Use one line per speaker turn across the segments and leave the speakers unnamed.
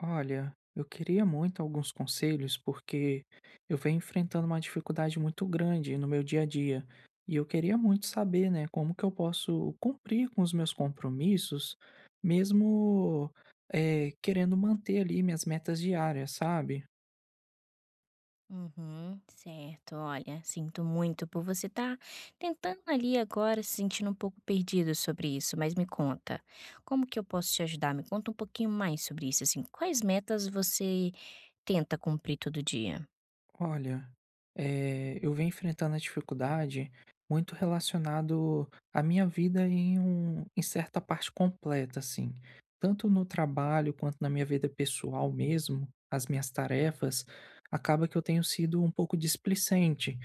Olha, eu queria muito alguns conselhos porque eu venho enfrentando uma dificuldade muito grande no meu dia a dia e eu queria muito saber, né, como que eu posso cumprir com os meus compromissos, mesmo querendo manter ali minhas metas diárias, sabe?
Uhum, certo. Olha, sinto muito por você estar tentando ali agora, se sentindo um pouco perdido sobre isso, mas me conta, como que eu posso te ajudar? Me conta um pouquinho mais sobre isso, assim, quais metas você tenta cumprir todo dia?
Olha, eu venho enfrentando a dificuldade muito relacionado à minha vida em certa parte completa, assim. Tanto no trabalho quanto na minha vida pessoal mesmo, as minhas tarefas, acaba que eu tenho sido um pouco displicente.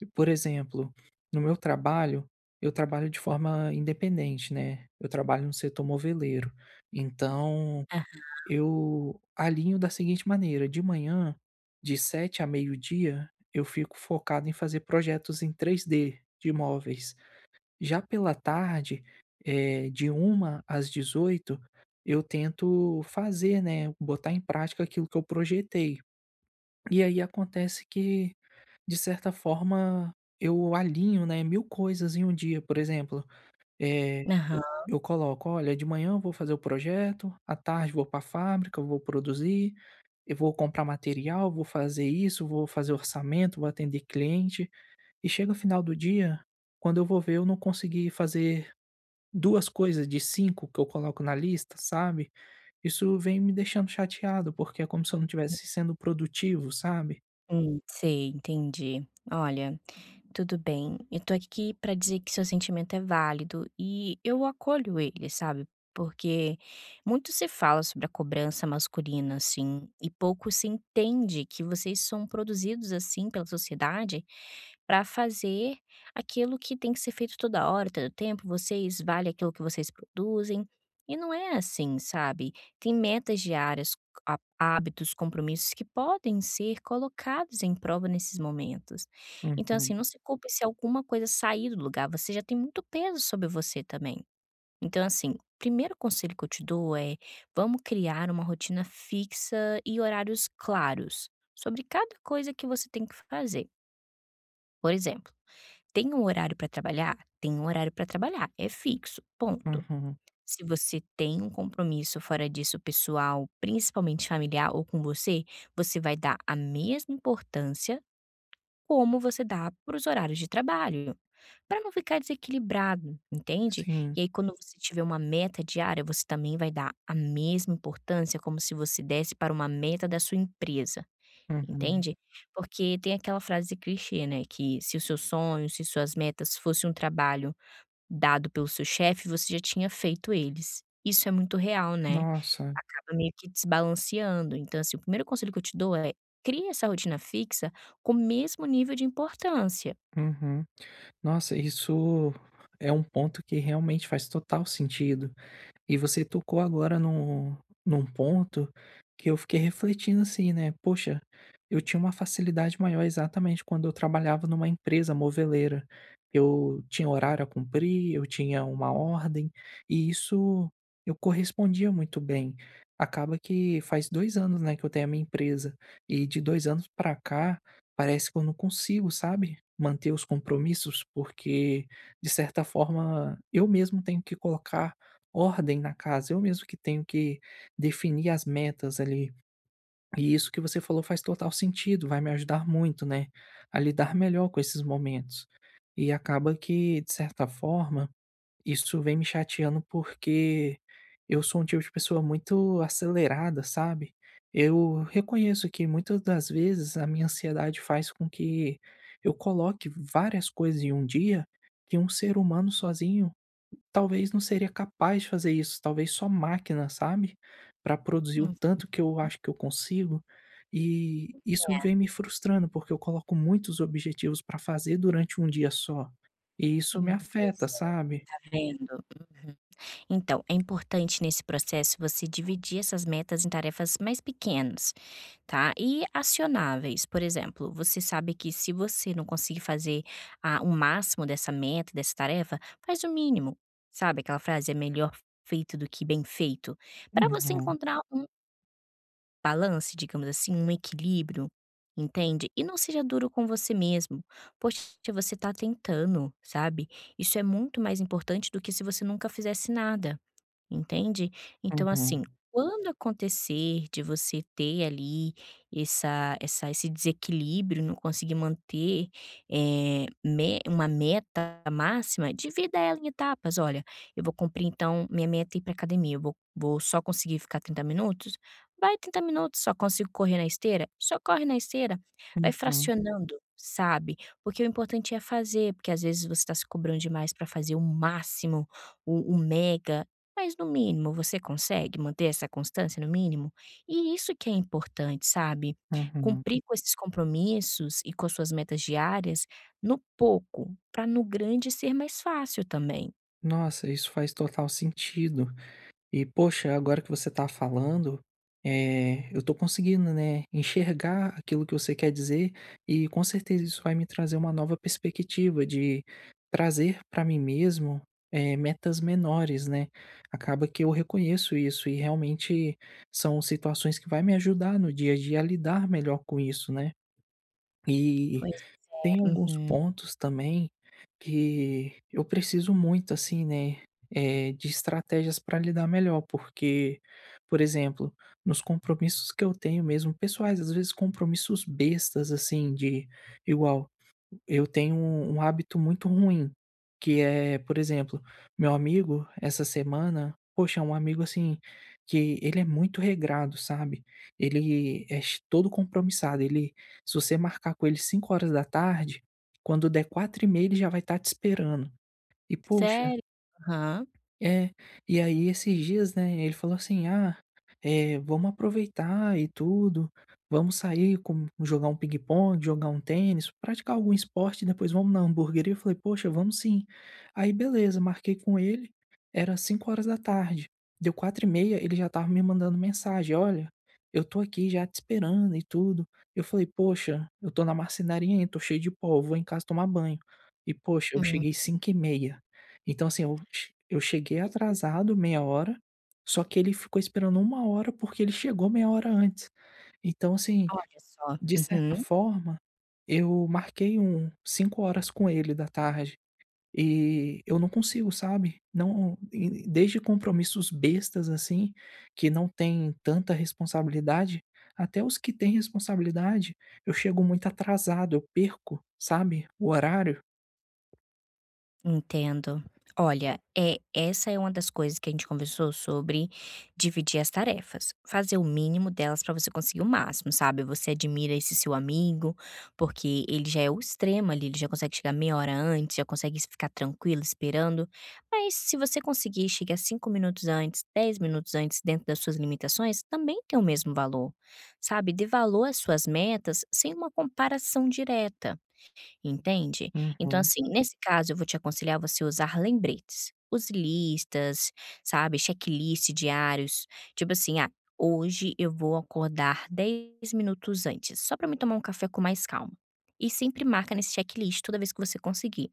E, por exemplo, no meu trabalho, eu trabalho de forma independente, né? Eu trabalho no setor moveleiro. Então,
Aham,
eu alinho da seguinte maneira: de manhã, de 7 a meio-dia, eu fico focado em fazer projetos em 3D de móveis. Já pela tarde, de uma às 18, eu tento fazer, né, botar em prática aquilo que eu projetei. E aí acontece que, de certa forma, eu alinho, né, 1000 coisas em um dia. Por exemplo, eh,
Aham,
eu coloco: "Olha, de manhã eu vou fazer o projeto, à tarde vou para a fábrica, eu vou produzir". Eu vou comprar material, vou fazer isso, vou fazer orçamento, vou atender cliente. E chega o final do dia, quando eu vou ver, eu não consegui fazer 2 coisas de 5 que eu coloco na lista, sabe. Isso vem me deixando chateado, porque é como se eu não estivesse sendo produtivo, sabe.
sei, entendi. Olha, tudo bem, eu tô aqui pra dizer que seu sentimento é válido e eu acolho ele, sabe? Porque muito se fala sobre a cobrança masculina, assim, e pouco se entende que vocês são produzidos assim pela sociedade pra fazer aquilo que tem que ser feito toda hora, todo tempo, vocês valem aquilo que vocês produzem. E não é assim, sabe? Tem metas diárias, hábitos, compromissos que podem ser colocados em prova nesses momentos. Então, assim,
Uhum,
não se culpe se alguma coisa sair do lugar, você já tem muito peso sobre você também. Então, assim, o primeiro conselho que eu te dou é: vamos criar uma rotina fixa e horários claros sobre cada coisa que você tem que fazer. Por exemplo, tem um horário para trabalhar? Tem um horário para trabalhar, é fixo, ponto.
uhum.
Se você tem um compromisso fora disso, pessoal, principalmente familiar ou com você, você vai dar a mesma importância como você dá para os horários de trabalho. Para não ficar desequilibrado, entende?
Sim,
E aí quando você tiver uma meta diária, você também vai dar a mesma importância como se você desse para uma meta da sua empresa,
uhum.
entende? Porque tem aquela frase clichê, né, que se os seus sonhos, se suas metas fosse um trabalho dado pelo seu chefe, você já tinha feito eles. Isso é muito real, né?
Nossa,
Acaba meio que desbalanceando. Então, assim, o primeiro conselho que eu te dou é: crie essa rotina fixa com o mesmo nível de importância.
uhum. Nossa, isso é um ponto que realmente faz total sentido. E você tocou agora num ponto que eu fiquei refletindo assim, né, poxa, eu tinha uma facilidade maior exatamente quando eu trabalhava numa empresa moveleira. Eu tinha horário a cumprir, eu tinha uma ordem, e isso eu correspondia muito bem. Acaba que faz 2 anos, né, que eu tenho a minha empresa, e de 2 anos pra cá, parece que eu não consigo, sabe, manter os compromissos, porque de certa forma eu mesmo tenho que colocar ordem na casa, eu mesmo que tenho que definir as metas ali. E isso que você falou faz total sentido, vai me ajudar muito, né, a lidar melhor com esses momentos. E acaba que, de certa forma, isso vem me chateando porque eu sou um tipo de pessoa muito acelerada, sabe? Eu reconheço que muitas das vezes a minha ansiedade faz com que eu coloque várias coisas em um dia que um ser humano sozinho talvez não seria capaz de fazer isso, talvez só máquina, sabe, para produzir o
Hum,
tanto que eu acho que eu consigo, e isso vem me frustrando, porque eu coloco muitos objetivos para fazer durante um dia só, e isso me afeta,
pois é.
sabe.
Tá vendo? Uhum. Então, é importante nesse processo você dividir essas metas em tarefas mais pequenas, tá? E acionáveis. Por exemplo, você sabe que se você não conseguir fazer ah, o máximo dessa meta, dessa tarefa, faz o mínimo. Sabe aquela frase, é melhor feito do que bem feito? Para você
Uhum,
encontrar um balance, digamos assim, um equilíbrio. Entende? E não seja duro com você mesmo. Poxa, você tá tentando, sabe? Isso é muito mais importante do que se você nunca fizesse nada. Entende? Então,
uhum,
assim, quando acontecer de você ter ali essa essa esse desequilíbrio, não conseguir manter, eh, me uma meta máxima, divida ela em etapas. "Olha, eu vou cumprir então minha meta é ir para academia, eu vou só conseguir ficar 30 minutos? Vai 30 minutos. Só consigo correr na esteira? Só corre na esteira". Vai
uhum,
fracionando, sabe? Porque o importante é fazer, porque às vezes você está se cobrando demais para fazer o máximo, o mega. Mas no mínimo, você consegue manter essa constância no mínimo? E isso que é importante, sabe?
uhum.
Cumprir com esses compromissos e com as suas metas diárias no pouco, para no grande ser mais fácil também.
Nossa, isso faz total sentido. E poxa, agora que você tá falando, eu tô conseguindo, né, enxergar aquilo que você quer dizer e com certeza isso vai me trazer uma nova perspectiva de trazer para mim mesmo, metas menores, né. Acaba que eu reconheço isso e realmente são situações que vai me ajudar no dia a dia a lidar melhor com isso, né. E
Pois
tem
é.
alguns
Uhum.
pontos também que eu preciso muito, assim, né, de estratégias para lidar melhor, porque, por exemplo, nos compromissos que eu tenho mesmo pessoais, às vezes compromissos bestas, assim, de igual eu tenho um hábito muito ruim, que é, por exemplo, meu amigo essa semana, poxa, é um amigo assim, que ele é muito regrado, sabe. Ele é ch todo compromissado, ele se você marcar com ele 5 horas da tarde, quando der quatro e 30 ele já vai estar te esperando. E poxa
Sério? Aham.
é, e aí esses dias, né, ele falou assim: "Ah, vamos aproveitar e tudo, vamos sair, com jogar um ping-pong, jogar um tênis, praticar algum esporte, depois vamos na hamburgueria". Eu falei: "Poxa, vamos sim". Aí beleza, marquei com ele, era 5 horas da tarde, deu 4h30, ele já estava me mandando mensagem: "Olha, eu tô aqui já te esperando e tudo". Eu falei: "Poxa, eu tô na marcenaria ainda, tô cheio de pó, vou em casa tomar banho". E poxa, eu
Hum,
cheguei 5h30. Então, assim, eu cheguei atrasado meia hora, só que ele ficou esperando uma hora, porque ele chegou meia hora antes. Então, assim,
olha só.
de certa
Uhum.
forma, eu marquei 5 horas com ele da tarde, e eu não consigo, sabe, não e desde compromissos bestas, assim, que não tem tanta responsabilidade, até os que têm responsabilidade, eu chego muito atrasado, eu perco, sabe, o horário.
Entendo. Olha, é, essa é uma das coisas que a gente conversou sobre dividir as tarefas, fazer o mínimo delas para você conseguir o máximo, sabe? Você admira esse seu amigo, porque ele já é o extremo ali, ele já consegue chegar meia hora antes, já consegue ficar tranquilo esperando. Mas se você conseguir chegar 5 minutos antes, 10 minutos antes, dentro das suas limitações, também tem o mesmo valor, sabe? Dê valor às suas metas sem uma comparação direta, entende? Então,
Uhum,
assim, nesse caso eu vou te aconselhar você usar lembretes. Use listas, sabe, checklist diários, tipo assim: "Ah, hoje eu vou acordar 10 minutos antes, só para me tomar um café com mais calma". E sempre marca nesse checklist toda vez que você conseguir.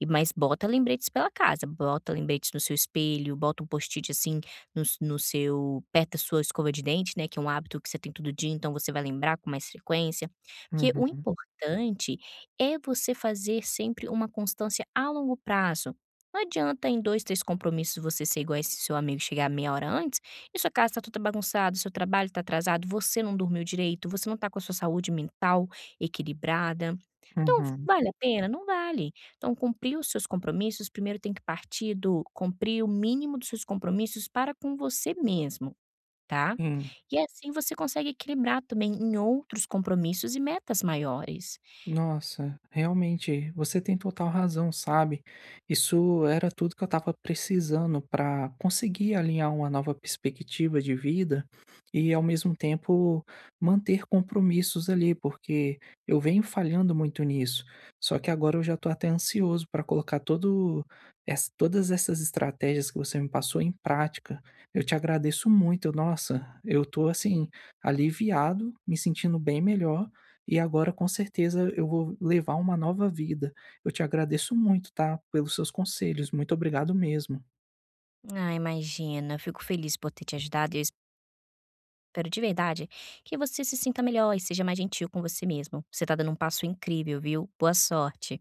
E mas bota lembretes pela casa, bota lembretes no seu espelho, bota um post-it, assim, no seu perto da sua escova de dente, né, que é um hábito que você tem todo dia, então você vai lembrar com mais frequência. Porque o
uhum,
importante é você fazer sempre uma constância a longo prazo. Não adianta em 2 3 compromissos você ser igual a esse seu amigo, chegar meia hora antes e sua casa está toda bagunçada, seu trabalho está atrasado, você não dormiu direito, você não está com a sua saúde mental equilibrada. Então,
uhum,
vale a pena? Não vale. Então, cumprir os seus compromissos, primeiro tem que partir do cumprir o mínimo dos seus compromissos para com você mesmo, tá?
sim.
E assim você consegue equilibrar também em outros compromissos e metas maiores.
Nossa, realmente, você tem total razão, sabe? Isso era tudo que eu estava precisando para conseguir alinhar uma nova perspectiva de vida e, ao mesmo tempo, manter compromissos ali, porque eu venho falhando muito nisso. Só que agora eu já estou até ansioso para colocar todas essas estratégias que você me passou em prática. Eu te agradeço muito, nossa, eu estou assim, aliviado, me sentindo bem melhor e agora com certeza eu vou levar uma nova vida. Eu te agradeço muito, tá, pelos seus conselhos. Muito obrigado mesmo.
Ah, imagina. Eu fico feliz por ter te ajudado e eu espero de verdade que você se sinta melhor e seja mais gentil com você mesmo. Você tá dando um passo incrível, viu? Boa sorte.